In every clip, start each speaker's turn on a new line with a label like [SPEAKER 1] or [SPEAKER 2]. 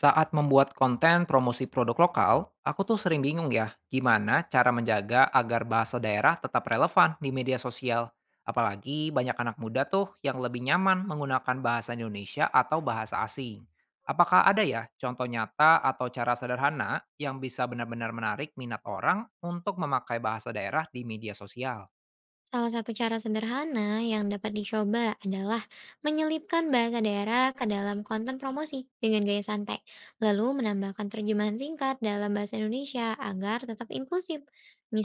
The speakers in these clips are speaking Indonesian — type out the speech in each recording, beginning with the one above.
[SPEAKER 1] Saat membuat konten promosi produk lokal, aku tuh sering bingung ya, gimana cara menjaga agar bahasa daerah tetap relevan di media sosial. Apalagi banyak anak muda tuh yang lebih nyaman menggunakan bahasa Indonesia atau bahasa asing. Apakah ada ya contoh nyata atau cara sederhana yang bisa benar-benar menarik minat orang untuk memakai bahasa daerah di media sosial?
[SPEAKER 2] Salah satu cara sederhana yang dapat dicoba adalah menyelipkan bahasa daerah ke dalam konten promosi dengan gaya santai, lalu menambahkan terjemahan singkat dalam bahasa Indonesia agar tetap inklusif.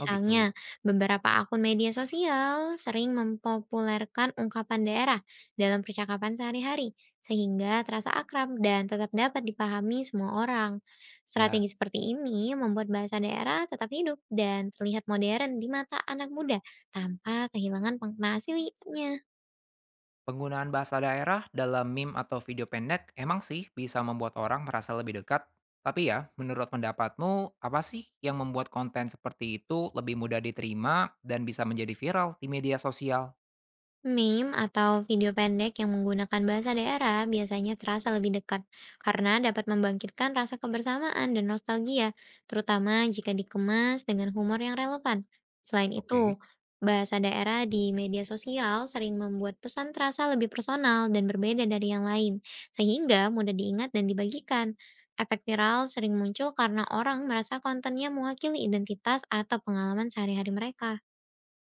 [SPEAKER 1] Oh gitu,
[SPEAKER 2] beberapa akun media sosial sering mempopulerkan ungkapan daerah dalam percakapan sehari-hari, sehingga terasa akrab dan tetap dapat dipahami semua orang. Strategi
[SPEAKER 1] ya.
[SPEAKER 2] seperti ini membuat bahasa daerah tetap hidup dan terlihat modern di mata anak muda tanpa kehilangan pengenaan aslinya.
[SPEAKER 1] Penggunaan bahasa daerah dalam meme atau video pendek emang sih bisa membuat orang merasa lebih dekat. Tapi ya, menurut pendapatmu, apa sih yang membuat konten seperti itu lebih mudah diterima dan bisa menjadi viral di media sosial?
[SPEAKER 2] Meme atau video pendek yang menggunakan bahasa daerah biasanya terasa lebih dekat karena dapat membangkitkan rasa kebersamaan dan nostalgia, terutama jika dikemas dengan humor yang relevan. Selain
[SPEAKER 1] Oke,
[SPEAKER 2] itu, bahasa daerah di media sosial sering membuat pesan terasa lebih personal dan berbeda dari yang lain, sehingga mudah diingat dan dibagikan. Efek viral sering muncul karena orang merasa kontennya mewakili identitas atau pengalaman sehari-hari mereka.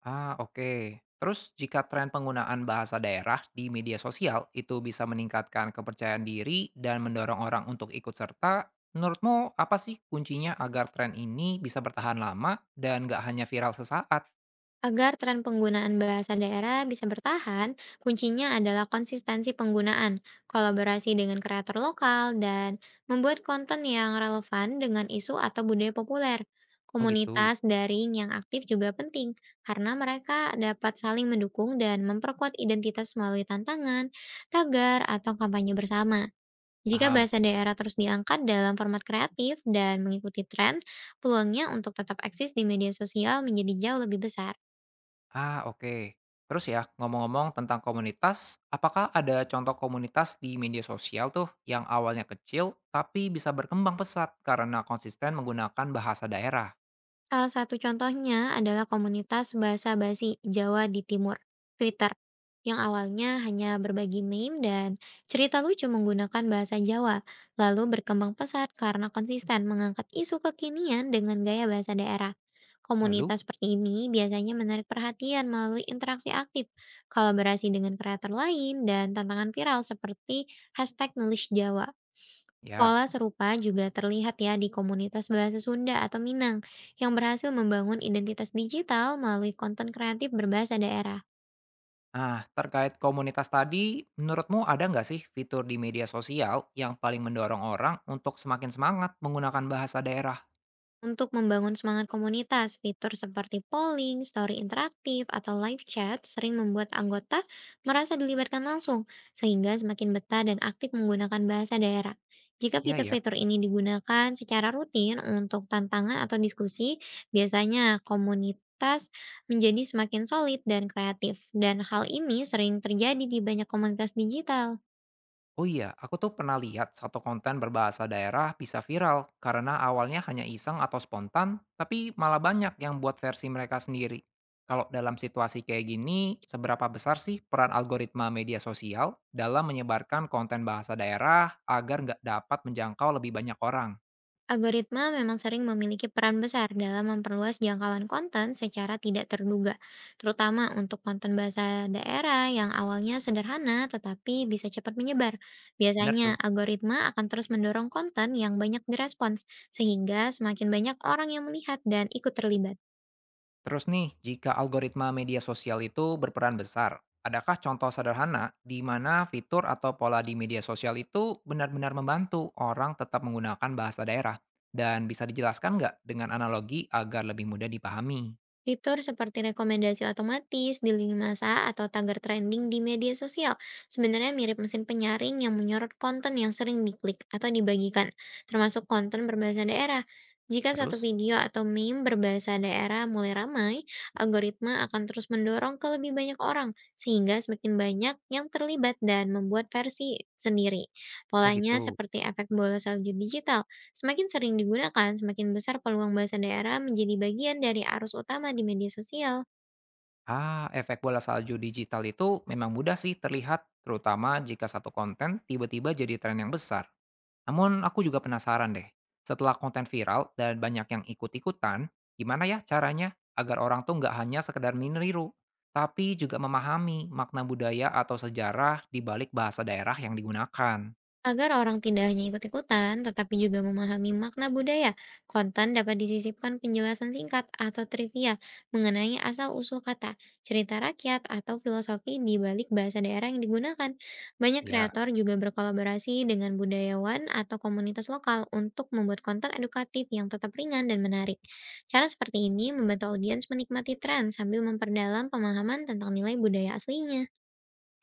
[SPEAKER 1] ah, oke. Terus jika tren penggunaan bahasa daerah di media sosial itu bisa meningkatkan kepercayaan diri dan mendorong orang untuk ikut serta, menurutmu apa sih kuncinya agar tren ini bisa bertahan lama dan nggak hanya viral sesaat?
[SPEAKER 2] Agar tren penggunaan bahasa daerah bisa bertahan, kuncinya adalah konsistensi penggunaan, kolaborasi dengan kreator lokal, dan membuat konten yang relevan dengan isu atau budaya populer.
[SPEAKER 1] Oh gitu,
[SPEAKER 2] Komunitas daring yang aktif juga penting, karena mereka dapat saling mendukung dan memperkuat identitas melalui tantangan, tagar, atau kampanye bersama. Jika
[SPEAKER 1] paham.
[SPEAKER 2] bahasa daerah terus diangkat dalam format kreatif dan mengikuti tren, peluangnya untuk tetap eksis di media sosial menjadi jauh lebih besar.
[SPEAKER 1] Ah, oke. Terus ya, ngomong-ngomong tentang komunitas, apakah ada contoh komunitas di media sosial tuh yang awalnya kecil tapi bisa berkembang pesat karena konsisten menggunakan bahasa daerah?
[SPEAKER 2] Salah satu contohnya adalah komunitas bahasa basi Jawa di Timur, Twitter, yang awalnya hanya berbagi meme dan cerita lucu menggunakan bahasa Jawa, lalu berkembang pesat karena konsisten mengangkat isu kekinian dengan gaya bahasa daerah.
[SPEAKER 1] Lalu,
[SPEAKER 2] Komunitas seperti ini biasanya menarik perhatian melalui interaksi aktif, kolaborasi dengan kreator lain, dan tantangan viral seperti hashtag nulis Jawa.
[SPEAKER 1] ya.
[SPEAKER 2] Pola serupa juga terlihat ya di komunitas bahasa Sunda atau Minang yang berhasil membangun identitas digital melalui konten kreatif berbahasa daerah.
[SPEAKER 1] Nah, terkait komunitas tadi, menurutmu ada nggak sih fitur di media sosial yang paling mendorong orang untuk semakin semangat menggunakan bahasa daerah?
[SPEAKER 2] Untuk membangun semangat komunitas, fitur seperti polling, story interaktif, atau live chat sering membuat anggota merasa dilibatkan langsung, sehingga semakin betah dan aktif menggunakan bahasa daerah. Jika
[SPEAKER 1] Iya ya.
[SPEAKER 2] fitur-fitur ini digunakan secara rutin untuk tantangan atau diskusi, biasanya komunitas menjadi semakin solid dan kreatif. Dan hal ini sering terjadi di banyak komunitas digital.
[SPEAKER 1] Oh iya, aku tuh pernah lihat satu konten berbahasa daerah bisa viral karena awalnya hanya iseng atau spontan, tapi malah banyak yang buat versi mereka sendiri. Kalau dalam situasi kayak gini, seberapa besar sih peran algoritma media sosial dalam menyebarkan konten bahasa daerah agar nggak dapat menjangkau lebih banyak orang?
[SPEAKER 2] Algoritma memang sering memiliki peran besar dalam memperluas jangkauan konten secara tidak terduga, terutama untuk konten bahasa daerah yang awalnya sederhana tetapi bisa cepat menyebar.
[SPEAKER 1] Bener
[SPEAKER 2] Biasanya,
[SPEAKER 1] tuh.
[SPEAKER 2] algoritma akan terus mendorong konten yang banyak direspons, sehingga semakin banyak orang yang melihat dan ikut terlibat.
[SPEAKER 1] Terus nih, jika algoritma media sosial itu berperan besar, adakah contoh sederhana di mana fitur atau pola di media sosial itu benar-benar membantu orang tetap menggunakan bahasa daerah? Dan bisa dijelaskan nggak dengan analogi agar lebih mudah dipahami?
[SPEAKER 2] Fitur seperti rekomendasi otomatis di lini masa atau tagar trending di media sosial sebenarnya mirip mesin penyaring yang menyorot konten yang sering diklik atau dibagikan, termasuk konten berbahasa daerah. Jika satu
[SPEAKER 1] Terus?
[SPEAKER 2] video atau meme berbahasa daerah mulai ramai, algoritma akan terus mendorong ke lebih banyak orang, sehingga semakin banyak yang terlibat dan membuat versi sendiri.
[SPEAKER 1] Oh
[SPEAKER 2] Polanya
[SPEAKER 1] gitu.
[SPEAKER 2] seperti efek bola salju digital. Semakin sering digunakan, semakin besar peluang bahasa daerah menjadi bagian dari arus utama di media sosial.
[SPEAKER 1] Ah, efek bola salju digital itu memang mudah sih terlihat, terutama jika satu konten tiba-tiba jadi tren yang besar. Namun aku juga penasaran deh, setelah konten viral dan banyak yang ikut-ikutan, gimana ya caranya agar orang tuh nggak hanya sekedar meniru, tapi juga memahami makna budaya atau sejarah di balik bahasa daerah yang digunakan.
[SPEAKER 2] Agar orang tidak hanya ikut-ikutan, tetapi juga memahami makna budaya, konten dapat disisipkan penjelasan singkat atau trivia mengenai asal-usul kata, cerita rakyat, atau filosofi di balik bahasa daerah yang digunakan. Banyak
[SPEAKER 1] Ya.
[SPEAKER 2] kreator juga berkolaborasi dengan budayawan atau komunitas lokal untuk membuat konten edukatif yang tetap ringan dan menarik. Cara seperti ini membantu audiens menikmati tren sambil memperdalam pemahaman tentang nilai budaya aslinya.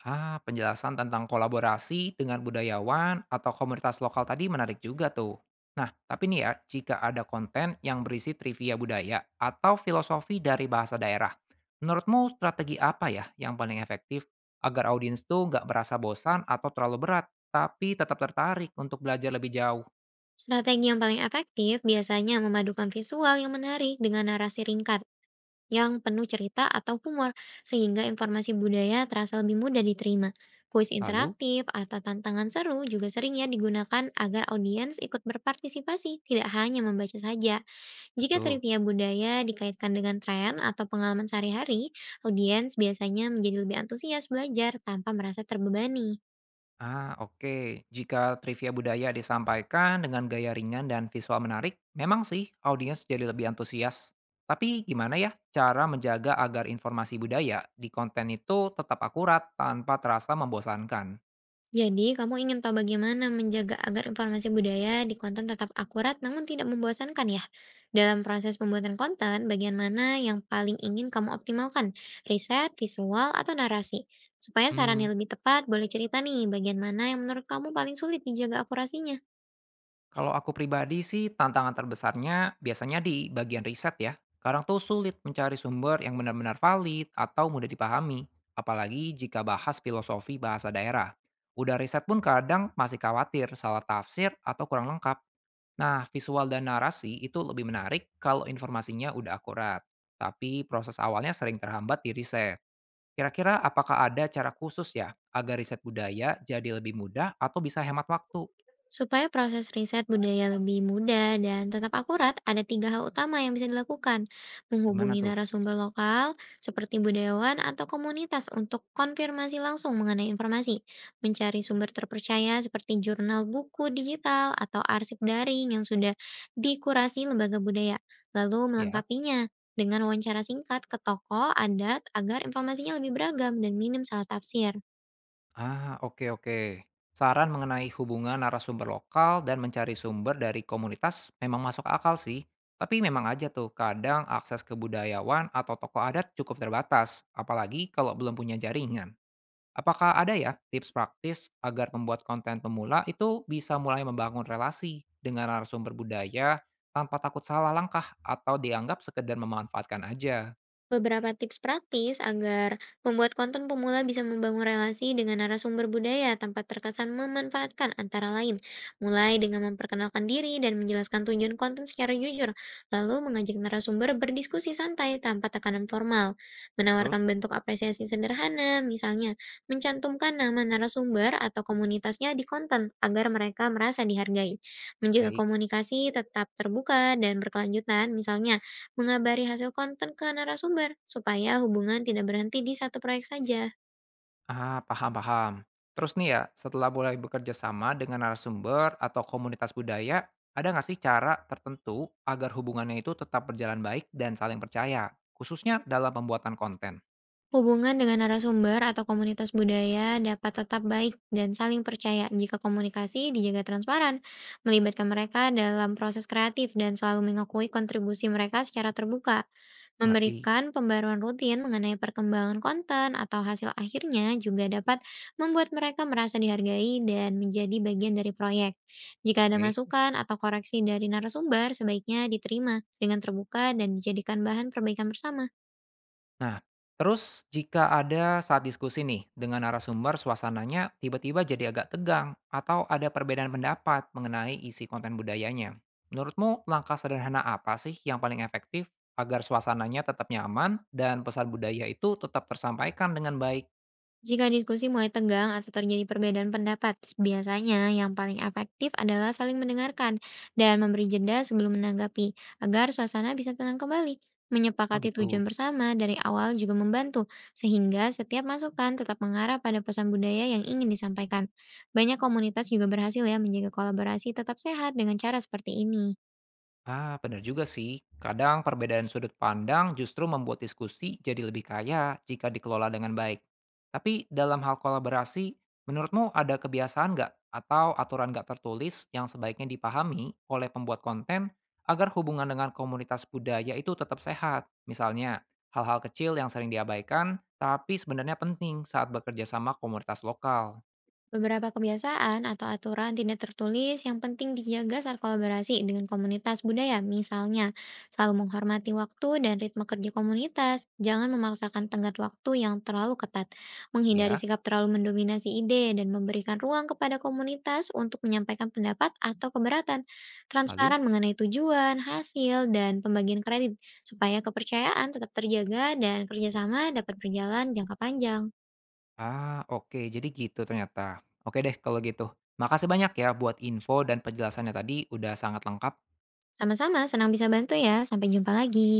[SPEAKER 1] Ah, penjelasan tentang kolaborasi dengan budayawan atau komunitas lokal tadi menarik juga tuh. Nah, tapi nih ya, jika ada konten yang berisi trivia budaya atau filosofi dari bahasa daerah, menurutmu strategi apa ya yang paling efektif agar audiens tuh nggak merasa bosan atau terlalu berat, tapi tetap tertarik untuk belajar lebih jauh?
[SPEAKER 2] Strategi yang paling efektif biasanya memadukan visual yang menarik dengan narasi ringkat yang penuh cerita atau humor, sehingga informasi budaya terasa lebih mudah diterima. Kuis
[SPEAKER 1] Lalu,
[SPEAKER 2] interaktif atau tantangan seru juga sering ya digunakan agar audiens ikut berpartisipasi, tidak hanya membaca saja. Jika
[SPEAKER 1] betul.
[SPEAKER 2] trivia budaya dikaitkan dengan tren atau pengalaman sehari-hari, audiens biasanya menjadi lebih antusias belajar tanpa merasa terbebani.
[SPEAKER 1] Ah, oke. Jika trivia budaya disampaikan dengan gaya ringan dan visual menarik, memang sih audiens jadi lebih antusias. Tapi gimana ya cara menjaga agar informasi budaya di konten itu tetap akurat tanpa terasa membosankan?
[SPEAKER 2] Jadi, kamu ingin tahu bagaimana menjaga agar informasi budaya di konten tetap akurat namun tidak membosankan ya? Dalam proses pembuatan konten, bagian mana yang paling ingin kamu optimalkan? Riset, visual, atau narasi? Supaya sarannya lebih tepat, boleh cerita nih bagian mana yang menurut kamu paling sulit dijaga akurasinya.
[SPEAKER 1] Kalau aku pribadi sih tantangan terbesarnya biasanya di bagian riset ya. Kadang tuh sulit mencari sumber yang benar-benar valid atau mudah dipahami, apalagi jika bahas filosofi bahasa daerah. Udah riset pun kadang masih khawatir salah tafsir atau kurang lengkap. Nah, visual dan narasi itu lebih menarik kalau informasinya udah akurat. Tapi proses awalnya sering terhambat di riset. Kira-kira apakah ada cara khusus ya agar riset budaya jadi lebih mudah atau bisa hemat waktu?
[SPEAKER 2] Supaya proses riset budaya lebih mudah dan tetap akurat, ada 3 hal utama yang bisa dilakukan.
[SPEAKER 1] Gimana
[SPEAKER 2] Menghubungi
[SPEAKER 1] tuh?
[SPEAKER 2] narasumber lokal seperti budayawan atau komunitas untuk konfirmasi langsung mengenai informasi. Mencari sumber terpercaya seperti jurnal buku digital atau arsip daring yang sudah dikurasi lembaga budaya. Lalu
[SPEAKER 1] Ya.
[SPEAKER 2] melengkapinya dengan wawancara singkat ke tokoh adat agar informasinya lebih beragam dan minim salah tafsir.
[SPEAKER 1] Ah, oke, oke. Saran mengenai hubungan narasumber lokal dan mencari sumber dari komunitas memang masuk akal sih. Tapi memang aja tuh, kadang akses ke budayawan atau tokoh adat cukup terbatas, apalagi kalau belum punya jaringan. Apakah ada ya tips praktis agar membuat konten pemula itu bisa mulai membangun relasi dengan narasumber budaya tanpa takut salah langkah atau dianggap sekedar memanfaatkan aja?
[SPEAKER 2] Beberapa tips praktis agar membuat konten pemula bisa membangun relasi dengan narasumber budaya tanpa terkesan memanfaatkan antara lain. Mulai dengan memperkenalkan diri dan menjelaskan tujuan konten secara jujur, lalu mengajak narasumber berdiskusi santai tanpa tekanan formal.
[SPEAKER 1] Terus,
[SPEAKER 2] Menawarkan bentuk apresiasi sederhana, misalnya mencantumkan nama narasumber atau komunitasnya di konten agar mereka merasa dihargai. Menjaga
[SPEAKER 1] baik.
[SPEAKER 2] komunikasi tetap terbuka dan berkelanjutan, misalnya mengabari hasil konten ke narasumber supaya hubungan tidak berhenti di satu proyek saja.
[SPEAKER 1] Ah, paham, paham. Terus nih ya, setelah mulai bekerja sama dengan narasumber atau komunitas budaya, ada nggak sih cara tertentu agar hubungannya itu tetap berjalan baik dan saling percaya, khususnya dalam pembuatan konten?
[SPEAKER 2] Hubungan dengan narasumber atau komunitas budaya dapat tetap baik dan saling percaya jika komunikasi dijaga transparan, melibatkan mereka dalam proses kreatif dan selalu mengakui kontribusi mereka secara terbuka.
[SPEAKER 1] Ngerti?
[SPEAKER 2] Memberikan pembaruan rutin mengenai perkembangan konten atau hasil akhirnya juga dapat membuat mereka merasa dihargai dan menjadi bagian dari proyek. Jika ada
[SPEAKER 1] Oke.
[SPEAKER 2] masukan atau koreksi dari narasumber, sebaiknya diterima dengan terbuka dan dijadikan bahan perbaikan bersama.
[SPEAKER 1] Nah, terus jika ada saat diskusi nih dengan narasumber suasananya tiba-tiba jadi agak tegang atau ada perbedaan pendapat mengenai isi konten budayanya. Menurutmu langkah sederhana apa sih yang paling efektif agar suasananya tetap nyaman dan pesan budaya itu tetap tersampaikan dengan baik?
[SPEAKER 2] Jika diskusi mulai tegang atau terjadi perbedaan pendapat, biasanya yang paling efektif adalah saling mendengarkan dan memberi jeda sebelum menanggapi, agar suasana bisa tenang kembali.
[SPEAKER 1] Oh
[SPEAKER 2] Menyepakati
[SPEAKER 1] gitu.
[SPEAKER 2] tujuan bersama dari awal juga membantu, sehingga setiap masukan tetap mengarah pada pesan budaya yang ingin disampaikan. Banyak komunitas juga berhasil ya menjaga kolaborasi tetap sehat dengan cara seperti ini.
[SPEAKER 1] Ah, benar juga sih. Kadang perbedaan sudut pandang justru membuat diskusi jadi lebih kaya jika dikelola dengan baik. Tapi dalam hal kolaborasi, menurutmu ada kebiasaan nggak atau aturan nggak tertulis yang sebaiknya dipahami oleh pembuat konten agar hubungan dengan komunitas budaya itu tetap sehat? Misalnya, hal-hal kecil yang sering diabaikan tapi sebenarnya penting saat bekerja sama komunitas lokal.
[SPEAKER 2] Beberapa kebiasaan atau aturan tidak tertulis yang penting dijaga saat kolaborasi dengan komunitas budaya, misalnya selalu menghormati waktu dan ritme kerja komunitas, jangan memaksakan tenggat waktu yang terlalu ketat, menghindari
[SPEAKER 1] Ya,
[SPEAKER 2] sikap terlalu mendominasi ide, dan memberikan ruang kepada komunitas untuk menyampaikan pendapat atau keberatan,
[SPEAKER 1] lalu?
[SPEAKER 2] transparan mengenai tujuan, hasil, dan pembagian kredit, supaya kepercayaan tetap terjaga dan kerjasama dapat berjalan jangka panjang.
[SPEAKER 1] Ah, oke. Jadi gitu ternyata. Oke deh kalau gitu. Makasih banyak ya buat info dan penjelasannya tadi udah sangat lengkap.
[SPEAKER 2] Sama-sama, senang bisa bantu ya. Sampai jumpa lagi.